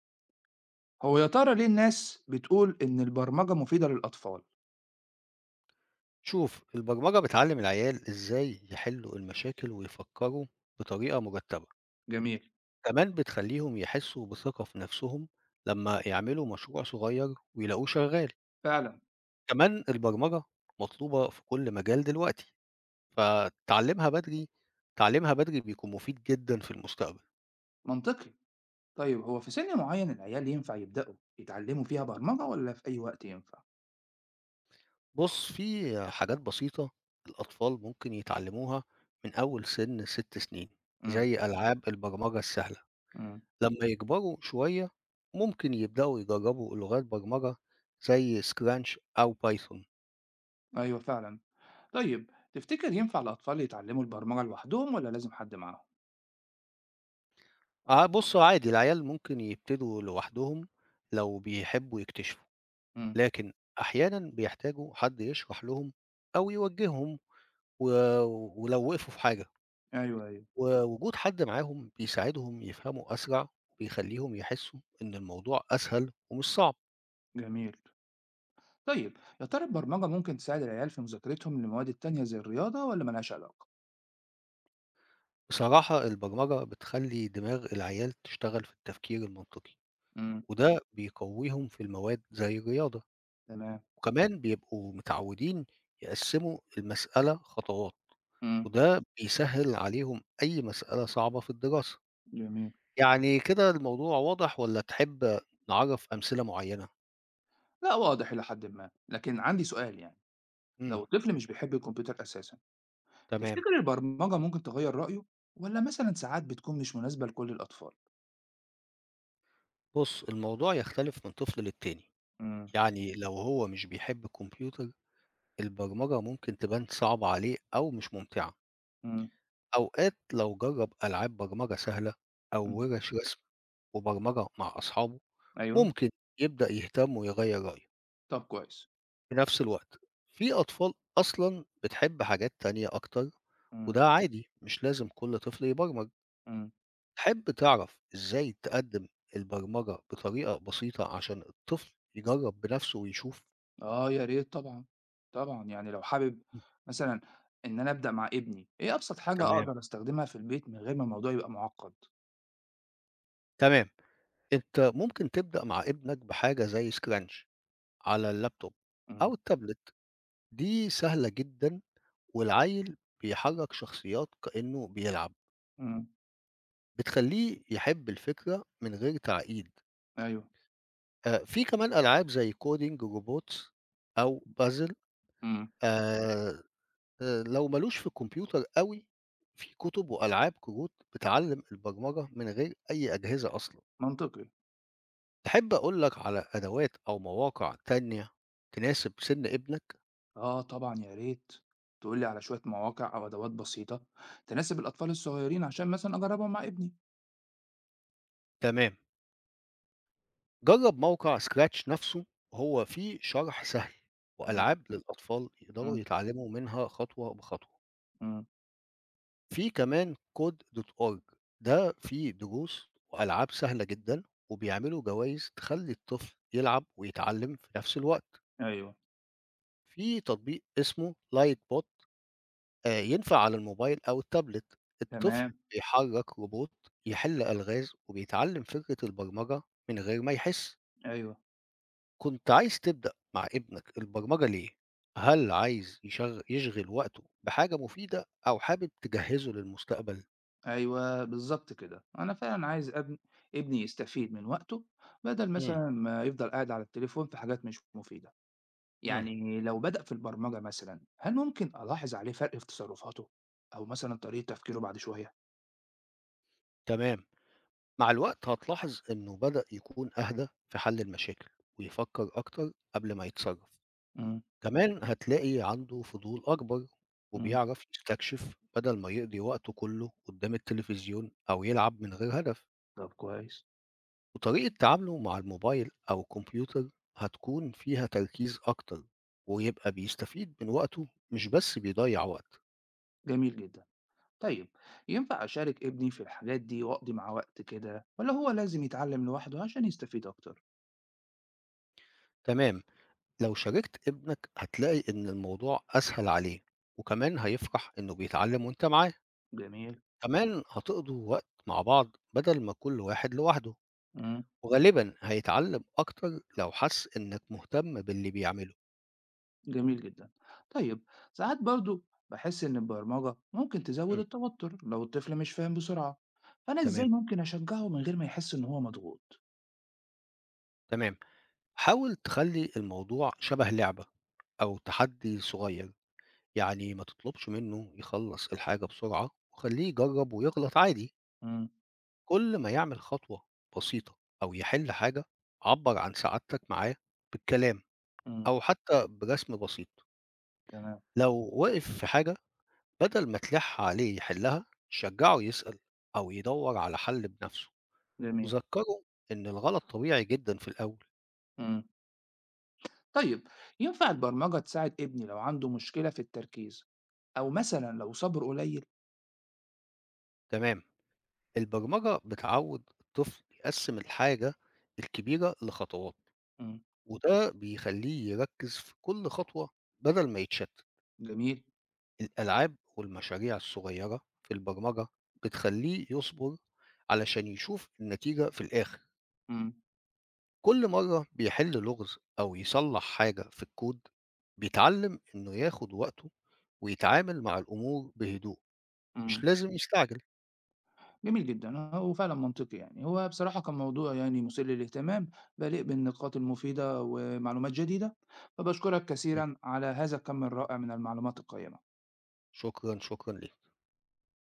هو يا ترى ليه الناس بتقول إن البرمجة مفيدة للأطفال؟ شوف، البرمجة بتعلم العيال إزاي يحلوا المشاكل ويفكروا بطريقة مرتبة. جميل. كمان بتخليهم يحسوا بثقة في نفسهم لما يعملوا مشروع صغير ويلاقوه شغال. فعلا. كمان البرمجة مطلوبة في كل مجال دلوقتي، فتعلمها بدري بيكون مفيد جدا في المستقبل. منطقي. طيب، هو في سن معين العيال ينفع يبدأوا يتعلموا فيها برمجة، ولا في أي وقت ينفع؟ بص، في حاجات بسيطة الأطفال ممكن يتعلموها من أول سن 6 سنين، امم. زي ألعاب البرمجة السهلة. امم. لمّا يكبروا شوية، ممكن يبدأوا يجربوا لغات برمجة زي scratch أو python. أيوه فعلا. طيب، تفتكر ينفع الأطفال يتعلموا البرمجة لوحدهم، ولا لازم حد معاهم؟ آه بُص، عادي العيال ممكن يبتدوا لوحدهم لو بيحبوا يكتشفوا، امم. لكن أحيانًا بيحتاجوا حد يشرح لهم أو يوجههم و ولو وقفوا في حاجة. أيوه أيوه. ووجود حد معاهم بيساعدهم يفهموا أسرع، وبيخليهم يحسوا إن الموضوع أسهل ومش صعب. جميل. طيب، يا ترى البرمجة ممكن تساعد العيال في مذاكرتهم للمواد التانية زي الرياضة، ولا ملهاش علاقة؟ بصراحة البرمجة بتخلي دماغ العيال تشتغل في التفكير المنطقي، امم. وده بيقويهم في المواد زي الرياضة، تمام. وكمان بيبقوا متعودين يقسموا المسألة خطوات، امم. وده بيسهل عليهم أي مسألة صعبة في الدراسة. جميل. يعني كده الموضوع واضح والّا تحب نعرّف أمثلة معينة؟ لا، واضح إلى حد ما، لكن عندي سؤال يعني. إمم، لو طفل مش بيحب الكمبيوتر أساسا، تمام. تفتكر البرمجة ممكن تغير رأيه، ولا مثلا ساعات بتكون مش مناسبة لكل الأطفال؟ بُص، الموضوع يختلف من طفل للتاني، امم. يعني لو هو مش بيحب الكمبيوتر، البرمجة ممكن تبان صعبة عليه أو مش ممتعة. امم. أوقات لو جرّب ألعاب برمجة سهلة أو امم. وِرش رسم وبرمجة مع أصحابه أيوه. ممكن يبدأ يهتم ويغيّر رأيه. طب كويس. في نفس الوقت في أطفال أصلًا بتحب حاجات تانية أكتر، امم. وده عادي، مش لازم كل طفل يبرمج. امم. تحب تعرف إزاي تقدّم البرمجة بطريقة بسيطة عشان الطفل يجرّب بنفسه ويشوف؟ آه يا ريت طبعا. طبعا يعني لو حابب، إمم، مثلا، إن أنا أبدأ مع ابني. إيه أبسط حاجة تمام، أقدر أستخدمها في البيت من غير ما الموضوع يبقى معقد؟ تمام. أنت ممكن تبدأ مع ابنك بحاجة زي scratch على اللابتوب امم. أو التابلت، دي سهلة جدًا والعيّل بيحرّك شخصيات كإنه بيلعب. امم. بتخلّيه يحب الفكرة من غير تعقيد. أيوه. في كمان ألعاب زي coding robots أو puzzle. امم. آآ لو ما لوش في الكمبيوتر أوي، في كُتب وألعاب كروت بتعلّم البرمجة من غير أي أجهزة أصلًا. منطقي. تحب أقول لك على أدوات أو مواقع تانية تناسب سِن ابنك؟ آه طبعا يا ريت. تقولي على شوية مواقع أو أدوات بسيطة تناسب الأطفال الصغيرين عشان مثلا أجربهم مع ابني. تمام. جرّب موقع scratch نفسه، هو فيه شرح سهل وألعاب للأطفال يقدروا إمم، يتعلموا منها خطوة بخطوة. إمم، في كمان code.org، ده فيه دروس وألعاب سهلة جدًا، وبيعملوا جوايز تخلّي الطفل يلعب ويتعلم في نفس الوقت. أيوه، في تطبيق اسمه lightbot، ينفع على الموبايل أو التابلت، تمام، الطفل بيحرّك روبوت يحل ألغاز وبيتعلم فكرة البرمجة من غير ما يحس. أيوه، كنت عايز تبدأ مع ابنك البرمجة ليه؟ هل عايز يشغل وقته بحاجة مفيدة أو حابب تجهّزه للمستقبل؟ أيوه، بالضبط كده. أنا فعلًا عايز ابني يستفيد من وقته، بدل إمم، مثلًا ما يفضل قاعد على التليفون في حاجات مش مفيدة. إمم، يعني لو بدأ في البرمجة مثلًا، هل ممكن ألاحظ عليه فرق في تصرفاته، أو مثلًا طريقة تفكيره بعد شوية؟ تمام. مع الوقت هتلاحظ إنه بدأ يكون أهدى في حل المشاكل ويفكر أكتر قبل ما يتصرف. إمم، كمان هتلاقي عنده فضول أكبر إمم، وبيعرف يستكشف بدل ما يقضي وقته كله قدام التلفزيون أو يلعب من غير هدف. طب كويس، وطريقة تعامله مع الموبايل أو الكمبيوتر هتكون فيها تركيز أكتر، ويبقى بيستفيد من وقته مش بس بيضيع وقت. جميل جدًا. طيب، ينفع أشارك ابني في الحاجات دي وأقضي معاه وقت كده، والّا هو لازم يتعلم لوحده عشان يستفيد أكتر؟ تمام، لو شاركت ابنك هتلاقي إن الموضوع أسهل عليه، وكمان هيفرح إنه بيتعلم وإنت معاه. جميل، كمان هتقضوا وقت مع بعض بدل ما كل واحد لوحده. إمم. وغالبا هيتعلم أكتر لو حس إنك مهتم باللي بيعمله. جميل جدًا. طيب، ساعات برضه باحس إن البرمجة ممكن تزوّد مم. التوتر لو الطفل مش فاهم بسرعة. فأنا إزاي تمام ممكن أشجعه من غير ما يحس إن هو مضغوط؟ تمام. حاول تخلي الموضوع شبه لعبة أو تحدي صغير، يعني ما تطلبش منه يخلص الحاجة بسرعة وخليه يجرب ويغلط عادي. إمم، كل ما يعمل خطوة بسيطة أو يحل حاجة، عبر عن سعادتك معاه بالكلام إمم، أو حتى برسم بسيط. تمام، لو وقف في حاجة بدل ما تلح عليه يحلها شجعه يسأل أو يدور على حل بنفسه، جميل، وذكره إن الغلط طبيعي جدا في الأول. إمم. طيب، ينفع البرمجة تساعد ابني لو عنده مشكلة في التركيز، أو مثلًا لو صبره قليل؟ تمام، البرمجة بتعود الطفل يقسم الحاجة الكبيرة لخطوات، إمم، وده بيخليه يركز في كل خطوة بدل ما يتشتت. جميل، الألعاب والمشاريع الصغيرة في البرمجة بتخليه يصبر علشان يشوف النتيجة في الآخر. إمم، كل مرة بيحل لغز أو يصلح حاجة في الكود بيتعلم إنه ياخد وقته ويتعامل مع الأمور بهدوء، مش إمم. لازم يستعجل. جميل جدًا. آه، هو فعلًا منطقي يعني. هو بصراحة كان موضوع يعني مُثير للاهتمام، مليء بالنقاط المفيدة ومعلومات جديدة. فباشكرك كثيرًا على هذا الكم الرائع من المعلومات القيّمة. شكرا ليك.